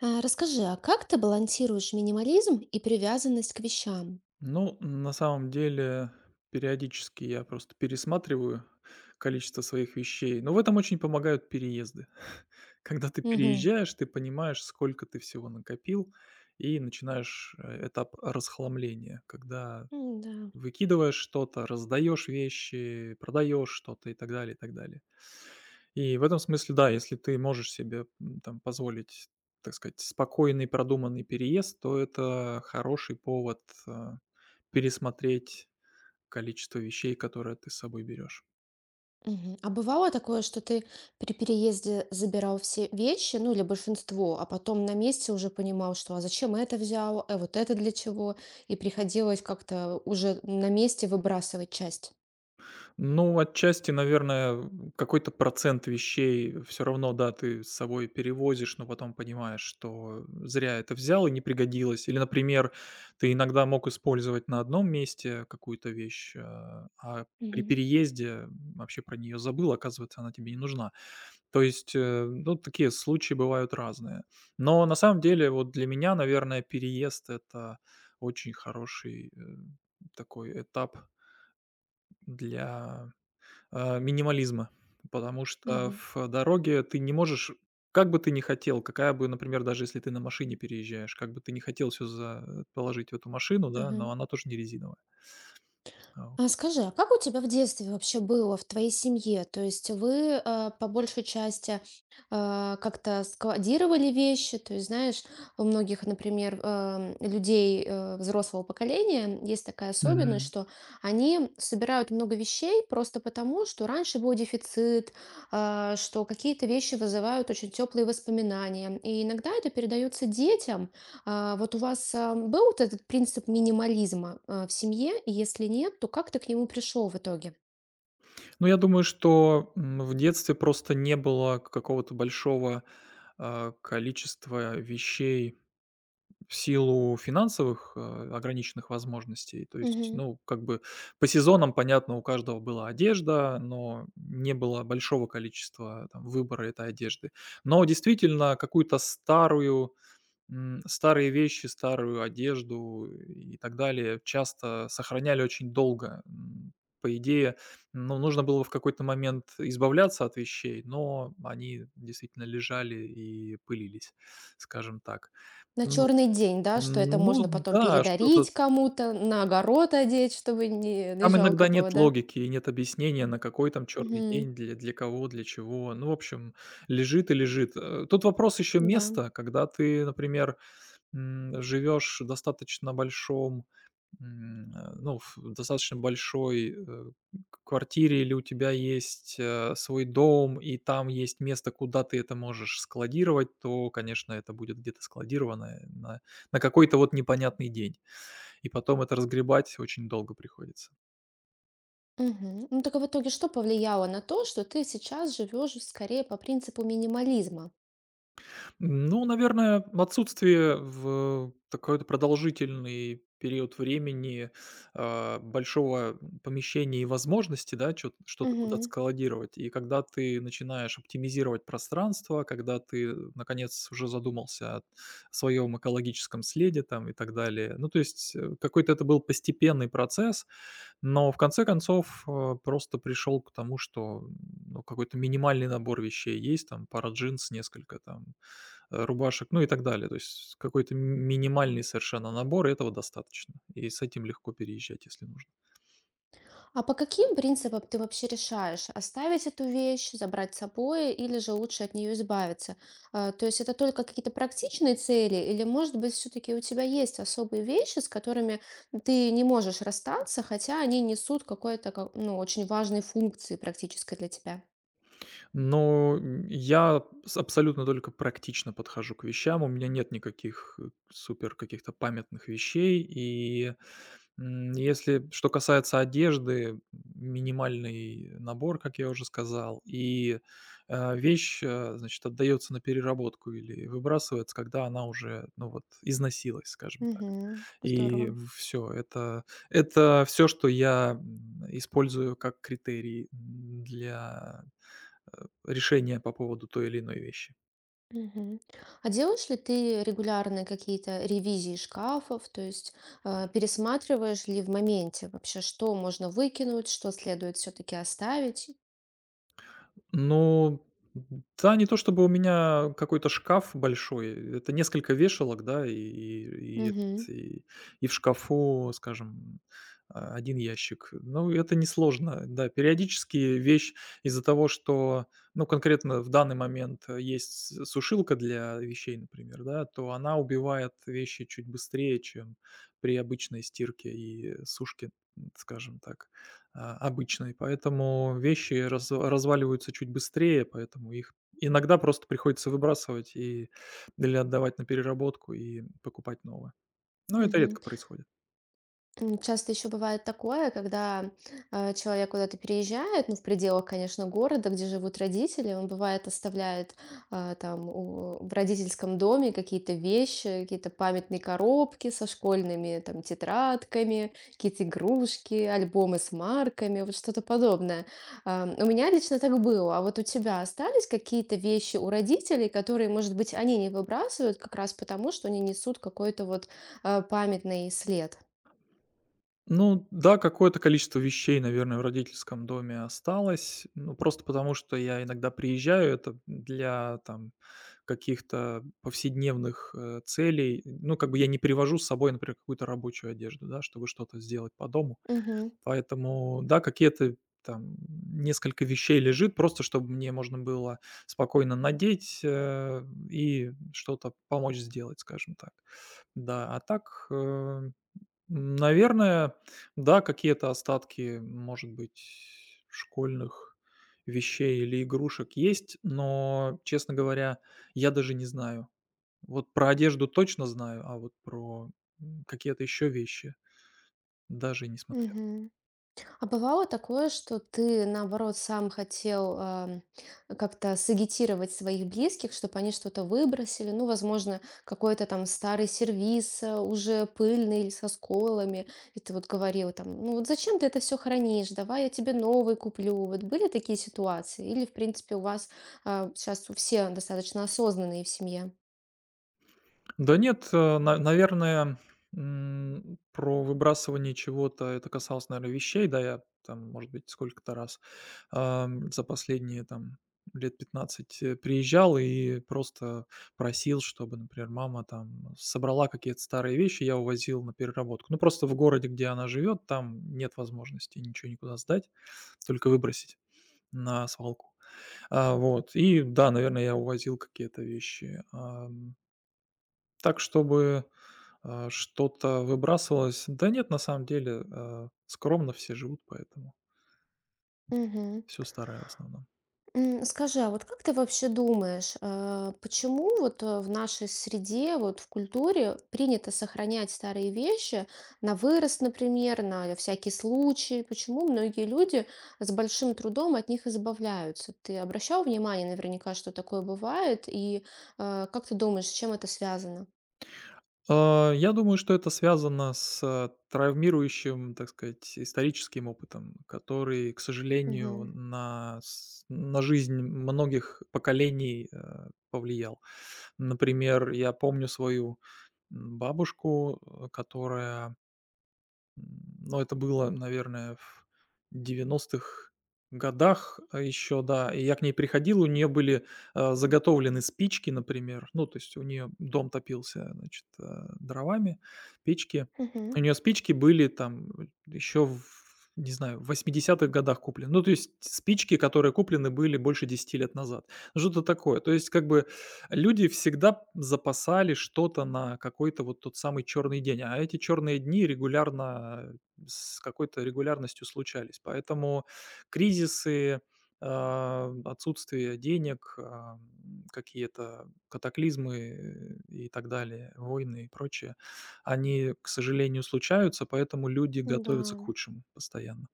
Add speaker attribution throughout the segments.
Speaker 1: Расскажи, а как ты балансируешь минимализм и привязанность к вещам?
Speaker 2: Ну, на самом деле, периодически я просто пересматриваю количество своих вещей, но в этом очень помогают переезды. Когда ты
Speaker 1: Мгм.
Speaker 2: переезжаешь, ты понимаешь, сколько ты всего накопил, и начинаешь этап расхламления, когда
Speaker 1: Да.
Speaker 2: выкидываешь что-то, раздаешь вещи, продаешь что-то и так далее, и так далее. И в этом смысле, да, если ты можешь себе, там позволить, так сказать, спокойный продуманный переезд, то это хороший повод а, пересмотреть количество вещей, которые ты с собой берешь.
Speaker 1: Мгм. А бывало такое, что ты при переезде забирал все вещи, ну или большинство, а потом на месте уже понимал, что а зачем это взял, а вот это для чего, и приходилось как-то уже на месте выбрасывать часть.
Speaker 2: Ну, отчасти, наверное, какой-то процент вещей все равно, да, ты с собой перевозишь, но потом понимаешь, что зря это взял и не пригодилось. Или, например, ты иногда мог использовать на одном месте какую-то вещь, а при переезде вообще про нее забыл, оказывается, она тебе не нужна. То есть, ну, такие случаи бывают разные. Но на самом деле вот для меня, наверное, переезд — это очень хороший, такой этап для минимализма, потому
Speaker 1: Мгм.
Speaker 2: что
Speaker 1: Мгм.
Speaker 2: в дороге ты не можешь, как бы ты ни хотел, какая бы, например, даже если ты на машине переезжаешь, как бы ты не хотел все за положить в эту машину, да,
Speaker 1: Ага.
Speaker 2: но она тоже не резиновая. Вот.
Speaker 1: А скажи, а как у тебя в детстве вообще было в твоей семье? То есть вы по большей части как-то складировали вещи? То есть, знаешь, у многих, например, людей взрослого поколения есть такая особенность,
Speaker 2: Мгм.
Speaker 1: что они собирают много вещей просто потому, что раньше был дефицит, что какие-то вещи вызывают очень теплые воспоминания. И иногда это передается детям. Вот у вас, был вот этот принцип минимализма, в семье? И если нет, то как ты к нему пришел в итоге?
Speaker 2: Ну, я думаю, что, в детстве просто не было какого-то большого, количества вещей, в силу финансовых, ограниченных возможностей. То есть,
Speaker 1: Мгм.
Speaker 2: ну, как бы по сезонам, понятно, у каждого была одежда, но не было большого количества там выбора этой одежды. Но действительно старые вещи, старую одежду и так далее часто сохраняли очень долго. По идее, ну, нужно было в какой-то момент избавляться от вещей, но они действительно лежали и пылились, скажем так.
Speaker 1: На
Speaker 2: Ну
Speaker 1: черный день, да, что
Speaker 2: М,
Speaker 1: это можно
Speaker 2: ну
Speaker 1: потом
Speaker 2: да, что-то
Speaker 1: передарить кому-то, на огород одеть, чтобы не
Speaker 2: там иногда
Speaker 1: жалко
Speaker 2: нет
Speaker 1: было, да?
Speaker 2: логики и нет объяснения, на какой там черный
Speaker 1: Мгм.
Speaker 2: день, для кого, для чего. Ну, в общем, лежит и лежит. Тут вопрос еще
Speaker 1: Да.
Speaker 2: места, когда ты, например, живешь в достаточно большой, э, к квартире или у тебя есть, свой дом, и там есть место, куда ты это можешь складировать, то, конечно, это будет где-то складировано на какой-то вот непонятный день. И потом это разгребать очень долго приходится.
Speaker 1: Мгм. Ну так а в итоге что повлияло на то, что ты сейчас живешь скорее по принципу минимализма?
Speaker 2: Ну, наверное, отсутствие в такой-то продолжительный период времени, большого помещения и возможности, да, чё что-то куда-то складировать. И когда ты начинаешь оптимизировать пространство, когда ты, наконец, уже задумался о своем экологическом следе там и так далее. Ну, то есть, какой-то это был постепенный процесс. Но в конце концов, просто пришел к тому, что, ну, какой-то минимальный набор вещей есть, там пара джинс, несколько там, рубашек, ну и так далее. То есть какой-то минимальный совершенно набор, и этого достаточно. И с этим легко переезжать, если нужно.
Speaker 1: А по каким принципам ты вообще решаешь, оставить эту вещь, забрать с собой или же лучше от нее избавиться? То есть это только какие-то практичные цели или, может быть, все-таки у тебя есть особые вещи, с которыми ты не можешь расстаться, хотя они несут какой-то, ну, очень важной функции практической для тебя?
Speaker 2: Но я с абсолютно только практично подхожу к вещам. У меня нет никаких супер каких-то памятных вещей. И если что касается одежды, минимальный набор, как я уже сказал, и вещь, значит, отдается на переработку или выбрасывается, когда она уже, ну вот, износилась, скажем так.
Speaker 1: Угу,
Speaker 2: И
Speaker 1: здорово.
Speaker 2: все, это все, что я использую как критерий для решения по поводу той или иной вещи.
Speaker 1: Мгм. А делаешь ли ты регулярные какие-то ревизии шкафов, то есть пересматриваешь ли в моменте вообще, что можно выкинуть, что следует все-таки оставить?
Speaker 2: Ну да, не то чтобы у меня какой-то шкаф большой, это несколько вешалок, да, и эт
Speaker 1: Мгм.
Speaker 2: и и в шкафу, скажем, 1 ящик. Ну, это несложно. Да, периодически вещь из-за того, что, ну, конкретно в данный момент, есть с сушилка для вещей, например, да, то она убивает вещи чуть быстрее, чем при обычной стирке и сушке, скажем так, обычной, поэтому вещи разваливаются чуть быстрее, поэтому их иногда просто приходится выбрасывать или отдавать на переработку и покупать новое. Но это
Speaker 1: Мгм.
Speaker 2: редко происходит.
Speaker 1: Часто еще бывает такое, когда человек куда-то переезжает, ну, в пределах, конечно, города, где живут родители, он бывает оставляет там в родительском доме какие-то вещи, какие-то памятные коробки со школьными там тетрадками, какие-то игрушки, альбомы с марками, вот что-то подобное. У меня лично так было, а вот у тебя остались какие-то вещи у родителей, которые, может быть, они не выбрасывают как раз потому, что они несут какой-то вот памятный след?
Speaker 2: Ну да, какое-то количество вещей, наверное, в родительском доме осталось. Ну, просто потому, что я иногда приезжаю, это для там каких-то повседневных, целей. Ну, как бы я не привожу с собой, например, какую-то рабочую одежду, да, чтобы что-то сделать по дому.
Speaker 1: Мгм.
Speaker 2: Поэтому, да, какие-то там несколько вещей лежит, просто чтобы мне можно было спокойно надеть, и что-то помочь сделать, скажем так. Да, а так, наверное, да, какие-то остатки, может быть, школьных вещей или игрушек есть, но, честно говоря, я даже не знаю. Вот про одежду точно знаю, а вот про, какие-то еще вещи даже не смотрел.
Speaker 1: Мгм. А бывало такое, что ты, наоборот, сам хотел как-то сагитировать своих близких, чтобы они что-то выбросили? Ну, возможно, какой-то там старый сервиз, уже пыльный или со сколами. И ты вот говорил там, ну вот зачем ты это все хранишь? Давай я тебе новый куплю. Вот были такие ситуации? Или, в принципе, у вас сейчас все достаточно осознанные в семье?
Speaker 2: Да нет, э, на наверное, про выбрасывание чего-то это касалось, наверное, вещей. Да, я там, может быть, сколько-то раз, за последние там лет 15 приезжал и просто просил, чтобы, например, мама там собрала какие-то старые вещи, я увозил на переработку. Ну, просто в городе, где она живет, там нет возможности ничего никуда сдать, только выбросить на свалку. Вот и да, наверное, я увозил какие-то вещи. Так, чтобы, что-то выбрасывалось. Да нет, на самом деле, скромно все живут, поэтому все старое в основном.
Speaker 1: Скажи, а вот как ты вообще думаешь, почему вот в нашей среде, вот в культуре принято сохранять старые вещи на вырост, например, на всякий случай? Почему многие люди с большим трудом от них избавляются? Ты обращал внимание наверняка, что такое бывает, и как ты думаешь, с чем это связано?
Speaker 2: Я думаю, что это связано с травмирующим, так сказать, историческим опытом, который, к сожалению,
Speaker 1: Мгм.
Speaker 2: на жизнь многих поколений, повлиял. Например, я помню свою, бабушку, э, которая но это было, наверное, в 1990-х годах, еще, да. И я к ней приходил, у нее были, заготовлены спички, например. Ну, то есть у нее дом топился, значит, дровами, печки.
Speaker 1: Мгм.
Speaker 2: У нее спички были там еще в не знаю, в 80-х годах куплены. Ну, то есть спички, которые куплены были больше 10 лет назад. Что-то такое. То есть как бы люди всегда запасали что-то на какой-то вот тот самый черный день, а эти черные дни с какой-то регулярностью случались. Поэтому кризисы, отсутствие денег, какие-то катаклизмы и так далее, войны и прочее, они, к сожалению, случаются, поэтому люди
Speaker 1: Да.
Speaker 2: готовятся к худшему постоянно.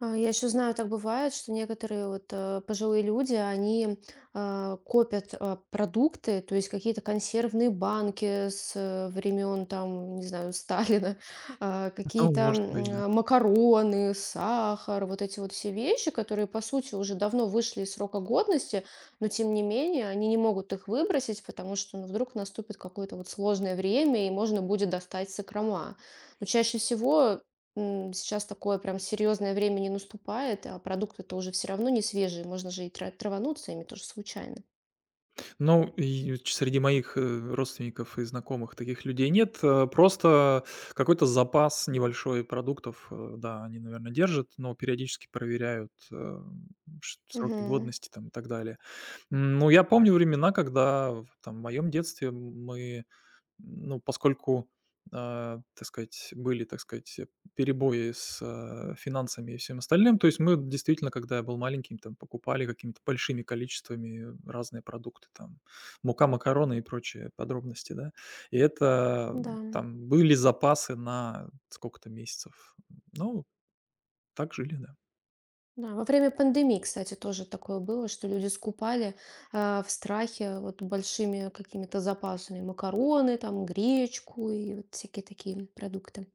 Speaker 1: Я еще знаю, так бывает, что некоторые вот, пожилые люди, они, копят, продукты, то есть какие-то консервные банки с времен там, не знаю, Сталина,
Speaker 2: Ну,
Speaker 1: какие-то,
Speaker 2: может быть, да.
Speaker 1: макароны, сахар, вот эти вот все вещи, которые, по сути, уже давно вышли из срока годности, но тем не менее они не могут их выбросить, потому что, ну, вдруг наступит какое-то вот сложное время и можно будет достать сокрома. Но чаще всего сейчас такое прям серьезное время не наступает, а продукты-то уже все равно не свежие, можно же и травануться ими тоже случайно.
Speaker 2: Ну, и ч среди моих, родственников и знакомых таких людей нет. Просто какой-то запас небольшой продуктов, да, они, наверное, держат, но периодически проверяют, э, ш сроки
Speaker 1: Мгм.
Speaker 2: годности там и так далее. Ну, я помню времена, когда в там моем детстве мы ну, поскольку, так сказать, были, так сказать, э, перебои с, финансами и всем остальным, то есть мы действительно, когда я был маленьким, там покупали какими-то большими количествами разные продукты, там мука, макароны и прочие подробности, да. И это
Speaker 1: Да.
Speaker 2: там были запасы на сколько-то месяцев. Ну, так жили, да.
Speaker 1: Да, во время пандемии, кстати, тоже такое было, что люди скупали в страхе вот большими какими-то запасами макароны, там гречку и вот всякие такие продукты.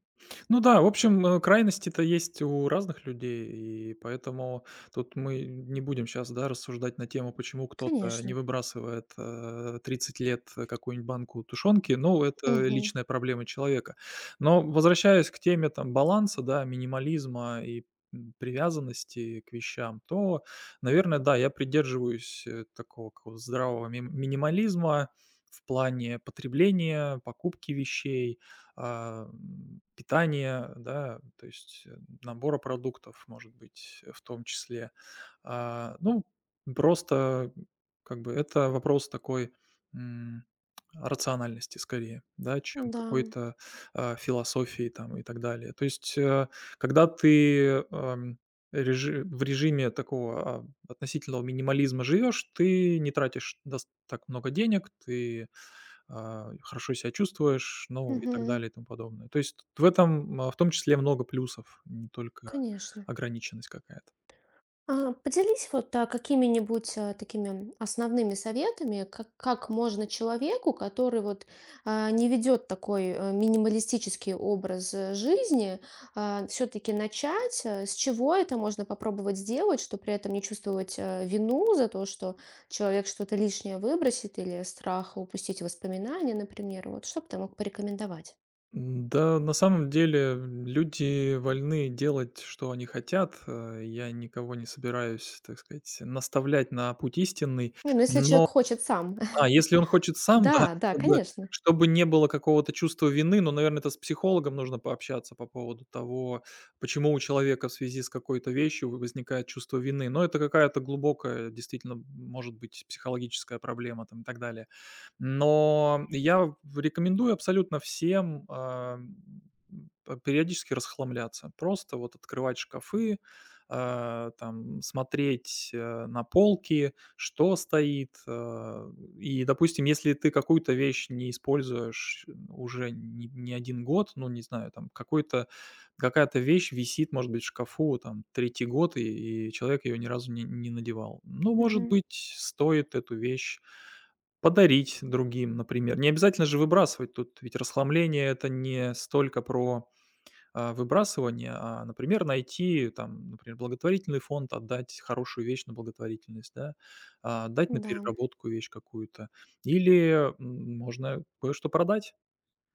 Speaker 2: Ну да, в общем, крайности-то есть у разных людей, и поэтому тут мы не будем сейчас, да, рассуждать на тему, почему кто-то не
Speaker 1: Конечно.
Speaker 2: выбрасывает, 30 лет, какую-нибудь банку тушенки. Ну, это
Speaker 1: Мгм.
Speaker 2: личная проблема человека. Но возвращаясь к теме там баланса, да, минимализма и, привязанности к вещам, то, наверное, да, я придерживаюсь, такого какого-то здравого мим минимализма в плане потребления, покупки вещей, а, питания, да, то есть, набора продуктов, может быть, в том числе. Ну, просто как бы это вопрос такой, м, рациональности скорее, да, чем
Speaker 1: Да.
Speaker 2: какой-то, философии там и так далее. То есть, когда ты, в режиме такого, относительного минимализма живешь, ты не тратишь, так много денег, ты, хорошо себя чувствуешь, ну и так
Speaker 1: Мгм.
Speaker 2: далее и тому подобное. То есть в этом, в том числе, много плюсов, не только
Speaker 1: Конечно.
Speaker 2: ограниченность какая-то.
Speaker 1: Поделись вот какими-нибудь такими основными советами, как можно человеку, который вот не ведет такой минималистический образ жизни, все-таки начать, с чего это можно попробовать сделать, чтобы при этом не чувствовать вину за то, что человек что-то лишнее выбросит или страх упустить воспоминания, например. Вот что бы ты мог порекомендовать?
Speaker 2: Да, на самом деле люди вольны делать, что они хотят. Я никого не собираюсь, так сказать, наставлять на путь истинный,
Speaker 1: Не, ну если
Speaker 2: но
Speaker 1: человек хочет сам.
Speaker 2: А если он хочет сам, да,
Speaker 1: Да, да,
Speaker 2: чтобы
Speaker 1: конечно.
Speaker 2: чтобы не было какого-то чувства вины, но, наверное, это с психологом нужно пообщаться по поводу того, почему у человека в связи с какой-то вещью в возникает чувство вины. Но это какая-то глубокая, действительно, может быть, психологическая проблема там и так далее. Но я рекомендую абсолютно всем, а, п периодически расхламляться. Просто вот открывать шкафы, там смотреть, на полки, что стоит. И, допустим, если ты какую-то вещь не используешь, уже не 1 год, ну, не знаю, там какой-то какая-то вещь висит, может быть, в шкафу там третий год, и человек ее ни разу не надевал. Ну, может
Speaker 1: Мгм.
Speaker 2: быть, стоит эту вещь подарить другим, например. Не обязательно же выбрасывать тут, ведь расхламление — это не столько про, выбрасывание, а, например, найти там, например, благотворительный фонд, отдать хорошую вещь на благотворительность, да, дать на
Speaker 1: Да,
Speaker 2: переработку вещь какую-то. Или, можно кое-что продать.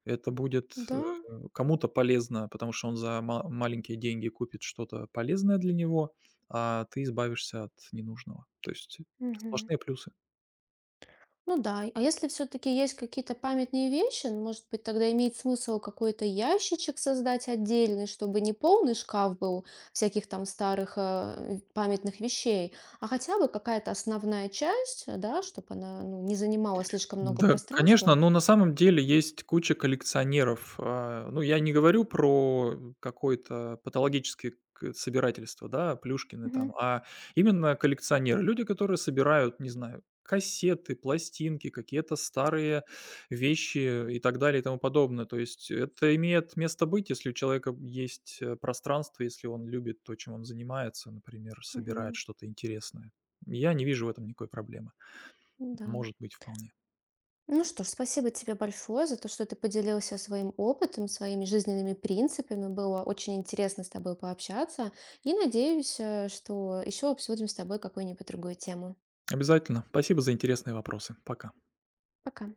Speaker 2: Это будет,
Speaker 1: да.
Speaker 2: кому-то полезно, потому что он за ма маленькие деньги купит что-то полезное для него, а ты избавишься от ненужного. То есть
Speaker 1: Мгм.
Speaker 2: сплошные плюсы.
Speaker 1: Ну да, а если все-таки есть какие-то памятные вещи, ну, может быть, тогда имеет смысл какой-то ящичек создать отдельный, чтобы не полный шкаф был всяких там старых памятных вещей, а хотя бы какая-то основная часть, да, чтобы она, ну, не занимала слишком много
Speaker 2: Да, конечно,
Speaker 1: пространства.
Speaker 2: но на самом деле есть куча коллекционеров. Ну, я не говорю про какое-то патологическое, собирательство, да, Плюшкины
Speaker 1: Мгм.
Speaker 2: там, а именно коллекционеры, люди, которые собирают, не знаю, кассеты, пластинки, какие-то старые вещи и так далее и тому подобное. То есть это имеет место быть, если у человека есть, пространство, если он любит то, чем он занимается, например, собирает
Speaker 1: Мгм.
Speaker 2: что-то интересное. Я не вижу в этом никакой проблемы.
Speaker 1: Да.
Speaker 2: Может быть, вполне.
Speaker 1: Ну что ж, спасибо тебе большое за то, что ты поделился своим опытом, своими жизненными принципами. Было очень интересно с тобой пообщаться. И надеюсь, что еще обсудим с тобой какую-нибудь другую тему.
Speaker 2: Обязательно. Спасибо за интересные вопросы. Пока.
Speaker 1: Пока.